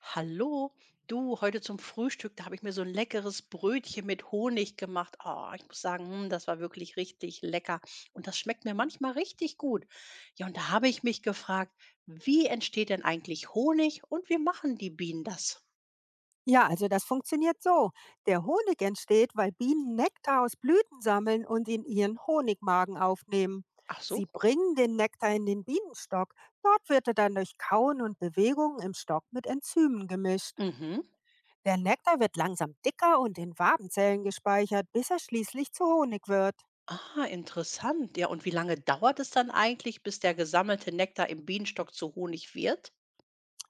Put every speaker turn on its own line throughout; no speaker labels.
Hallo, du, heute zum Frühstück, da habe ich mir so ein leckeres Brötchen mit Honig gemacht. Ah, ich muss sagen, das war wirklich richtig lecker und das schmeckt mir manchmal richtig gut. Ja, und da habe ich mich gefragt, wie entsteht denn eigentlich Honig und wie machen die Bienen das?
Ja, also das funktioniert so. Der Honig entsteht, weil Bienen Nektar aus Blüten sammeln und in ihren Honigmagen aufnehmen.
Ach so.
Sie bringen den Nektar in den Bienenstock. Dort wird er dann durch Kauen und Bewegungen im Stock mit Enzymen gemischt.
Mhm.
Der Nektar wird langsam dicker und in Wabenzellen gespeichert, bis er schließlich zu Honig wird.
Ah, interessant. Ja, und wie lange dauert es dann eigentlich, bis der gesammelte Nektar im Bienenstock zu Honig wird?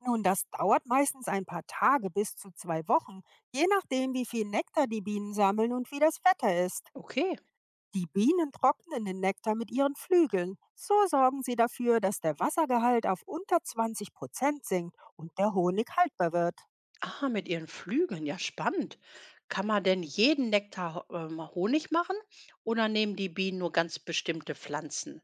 Nun, das dauert meistens ein paar Tage bis zu 2 Wochen, je nachdem, wie viel Nektar die Bienen sammeln und wie das Wetter ist.
Okay.
Die Bienen trocknen den Nektar mit ihren Flügeln. So sorgen sie dafür, dass der Wassergehalt auf unter 20% sinkt und der Honig haltbar wird.
Ah, mit ihren Flügeln, ja spannend. Kann man denn jeden Honig machen oder nehmen die Bienen nur ganz bestimmte Pflanzen?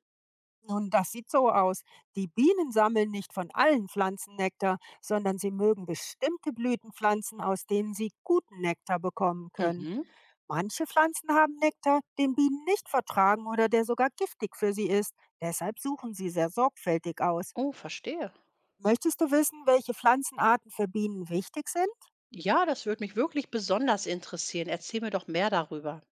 Nun, das sieht so aus. Die Bienen sammeln nicht von allen Pflanzen Nektar, sondern sie mögen bestimmte Blütenpflanzen, aus denen sie guten Nektar bekommen können.
Mhm.
Manche Pflanzen haben Nektar, den Bienen nicht vertragen oder der sogar giftig für sie ist. Deshalb suchen sie sehr sorgfältig aus.
Oh, verstehe.
Möchtest du wissen, welche Pflanzenarten für Bienen wichtig sind?
Ja, das würde mich wirklich besonders interessieren. Erzähl mir doch mehr darüber.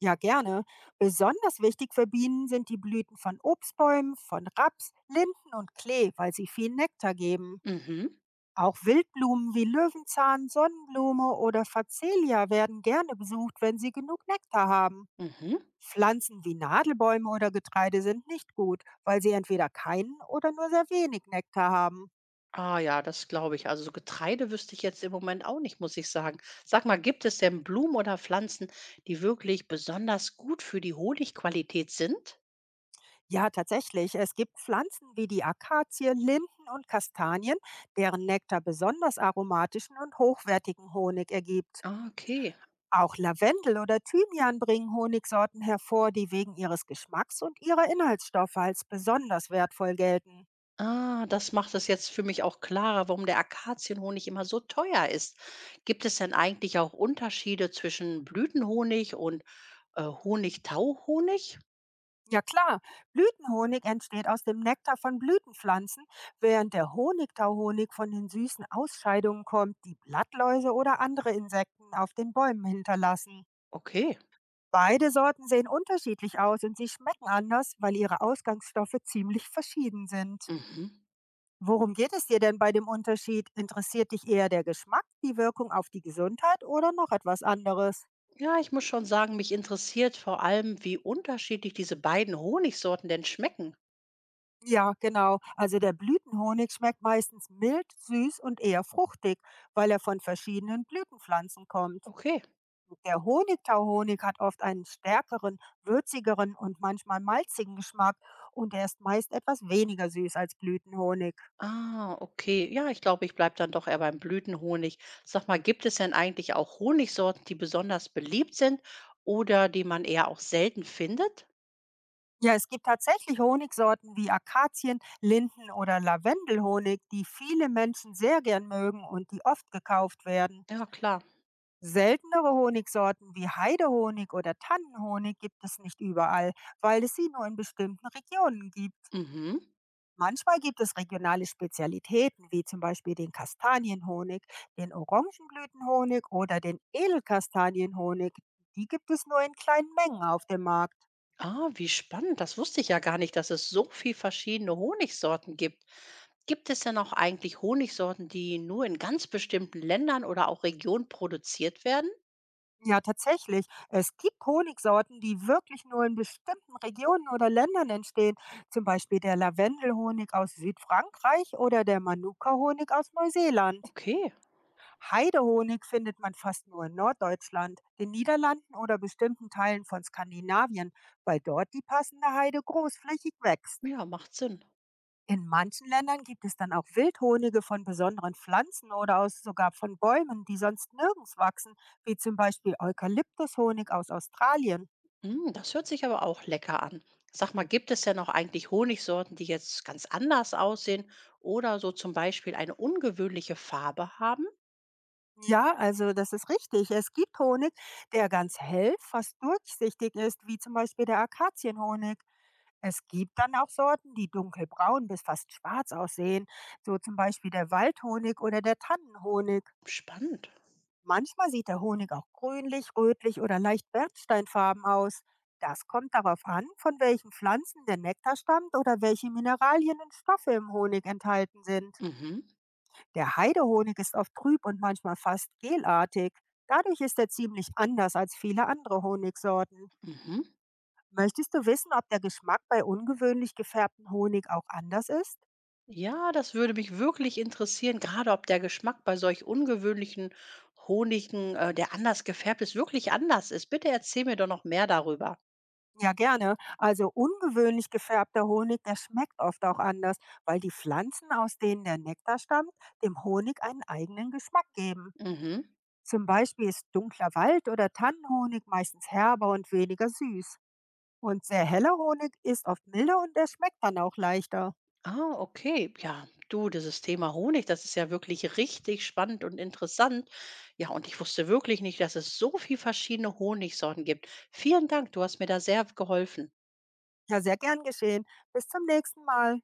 Ja, gerne. Besonders wichtig für Bienen sind die Blüten von Obstbäumen, von Raps, Linden und Klee, weil sie viel Nektar geben.
Mhm.
Auch Wildblumen wie Löwenzahn, Sonnenblume oder Facelia werden gerne besucht, wenn sie genug Nektar haben.
Mhm.
Pflanzen wie Nadelbäume oder Getreide sind nicht gut, weil sie entweder keinen oder nur sehr wenig Nektar haben.
Ah ja, das glaube ich. Also so Getreide wüsste ich jetzt im Moment auch nicht, muss ich sagen. Sag mal, gibt es denn Blumen oder Pflanzen, die wirklich besonders gut für die Honigqualität sind?
Ja, tatsächlich, es gibt Pflanzen wie die Akazie, Linden und Kastanien, deren Nektar besonders aromatischen und hochwertigen Honig ergibt.
Ah, okay.
Auch Lavendel oder Thymian bringen Honigsorten hervor, die wegen ihres Geschmacks und ihrer Inhaltsstoffe als besonders wertvoll gelten.
Ah, das macht es jetzt für mich auch klarer, warum der Akazienhonig immer so teuer ist. Gibt es denn eigentlich auch Unterschiede zwischen Blütenhonig und Honigtauhonig?
Ja klar, Blütenhonig entsteht aus dem Nektar von Blütenpflanzen, während der Honigtauhonig von den süßen Ausscheidungen kommt, die Blattläuse oder andere Insekten auf den Bäumen hinterlassen.
Okay.
Beide Sorten sehen unterschiedlich aus und sie schmecken anders, weil ihre Ausgangsstoffe ziemlich verschieden sind.
Mhm.
Worum geht es dir denn bei dem Unterschied? Interessiert dich eher der Geschmack, die Wirkung auf die Gesundheit oder noch etwas anderes?
Ja, ich muss schon sagen, mich interessiert vor allem, wie unterschiedlich diese beiden Honigsorten denn schmecken.
Ja, genau. Also der Blütenhonig schmeckt meistens mild, süß und eher fruchtig, weil er von verschiedenen Blütenpflanzen kommt.
Okay.
Der Honigtauhonig hat oft einen stärkeren, würzigeren und manchmal malzigen Geschmack und er ist meist etwas weniger süß als Blütenhonig.
Ah, okay. Ja, ich glaube, ich bleibe dann doch eher beim Blütenhonig. Sag mal, gibt es denn eigentlich auch Honigsorten, die besonders beliebt sind oder die man eher auch selten findet?
Ja, es gibt tatsächlich Honigsorten wie Akazien, Linden oder Lavendelhonig, die viele Menschen sehr gern mögen und die oft gekauft werden.
Ja, klar.
Seltenere Honigsorten wie Heidehonig oder Tannenhonig gibt es nicht überall, weil es sie nur in bestimmten Regionen gibt.
Mhm.
Manchmal gibt es regionale Spezialitäten wie zum Beispiel den Kastanienhonig, den Orangenblütenhonig oder den Edelkastanienhonig. Die gibt es nur in kleinen Mengen auf dem Markt.
Ah, wie spannend. Das wusste ich ja gar nicht, dass es so viel verschiedene Honigsorten gibt. Gibt es denn auch eigentlich Honigsorten, die nur in ganz bestimmten Ländern oder auch Regionen produziert werden?
Ja, tatsächlich. Es gibt Honigsorten, die wirklich nur in bestimmten Regionen oder Ländern entstehen. Zum Beispiel der Lavendelhonig aus Südfrankreich oder der Manuka-Honig aus Neuseeland.
Okay,
Heidehonig findet man fast nur in Norddeutschland, den Niederlanden oder bestimmten Teilen von Skandinavien, weil dort die passende Heide großflächig wächst.
ja, macht Sinn.
In manchen Ländern gibt es dann auch Wildhonige von besonderen Pflanzen oder aus sogar von Bäumen, die sonst nirgends wachsen, wie zum Beispiel Eukalyptushonig aus Australien.
Hm, das hört sich aber auch lecker an. Sag mal, gibt es denn auch eigentlich Honigsorten, die jetzt ganz anders aussehen oder so zum Beispiel eine ungewöhnliche Farbe haben?
Ja, also das ist richtig. Es gibt Honig, der ganz hell, fast durchsichtig ist, wie zum Beispiel der Akazienhonig. Es gibt dann auch Sorten, die dunkelbraun bis fast schwarz aussehen, so zum Beispiel der Waldhonig oder der Tannenhonig.
Spannend.
Manchmal sieht der Honig auch grünlich, rötlich oder leicht bernsteinfarben aus. Das kommt darauf an, von welchen Pflanzen der Nektar stammt oder welche Mineralien und Stoffe im Honig enthalten sind.
Mhm,
Der Heidehonig ist oft trüb und manchmal fast gelartig. Dadurch ist er ziemlich anders als viele andere Honigsorten.
mhm.
Möchtest du wissen, ob der Geschmack bei ungewöhnlich gefärbtem Honig auch anders ist?
Ja, das würde mich wirklich interessieren, gerade ob der Geschmack bei solch ungewöhnlichen Honigen, der anders gefärbt ist, wirklich anders ist. Bitte erzähl mir doch noch mehr darüber.
Ja, gerne. Also ungewöhnlich gefärbter Honig, der schmeckt oft auch anders, weil die Pflanzen, aus denen der Nektar stammt, dem Honig einen eigenen Geschmack geben.
Mhm.
Zum Beispiel ist dunkler Wald- oder Tannenhonig meistens herber und weniger süß. Und sehr heller Honig ist oft milder und der schmeckt dann auch leichter.
Ah, okay. Ja, du, dieses Thema Honig, das ist ja wirklich richtig spannend und interessant. Ja, und ich wusste wirklich nicht, dass es so viele verschiedene Honigsorten gibt. Vielen Dank, du hast mir da sehr geholfen.
Ja, sehr gern geschehen. Bis zum nächsten Mal.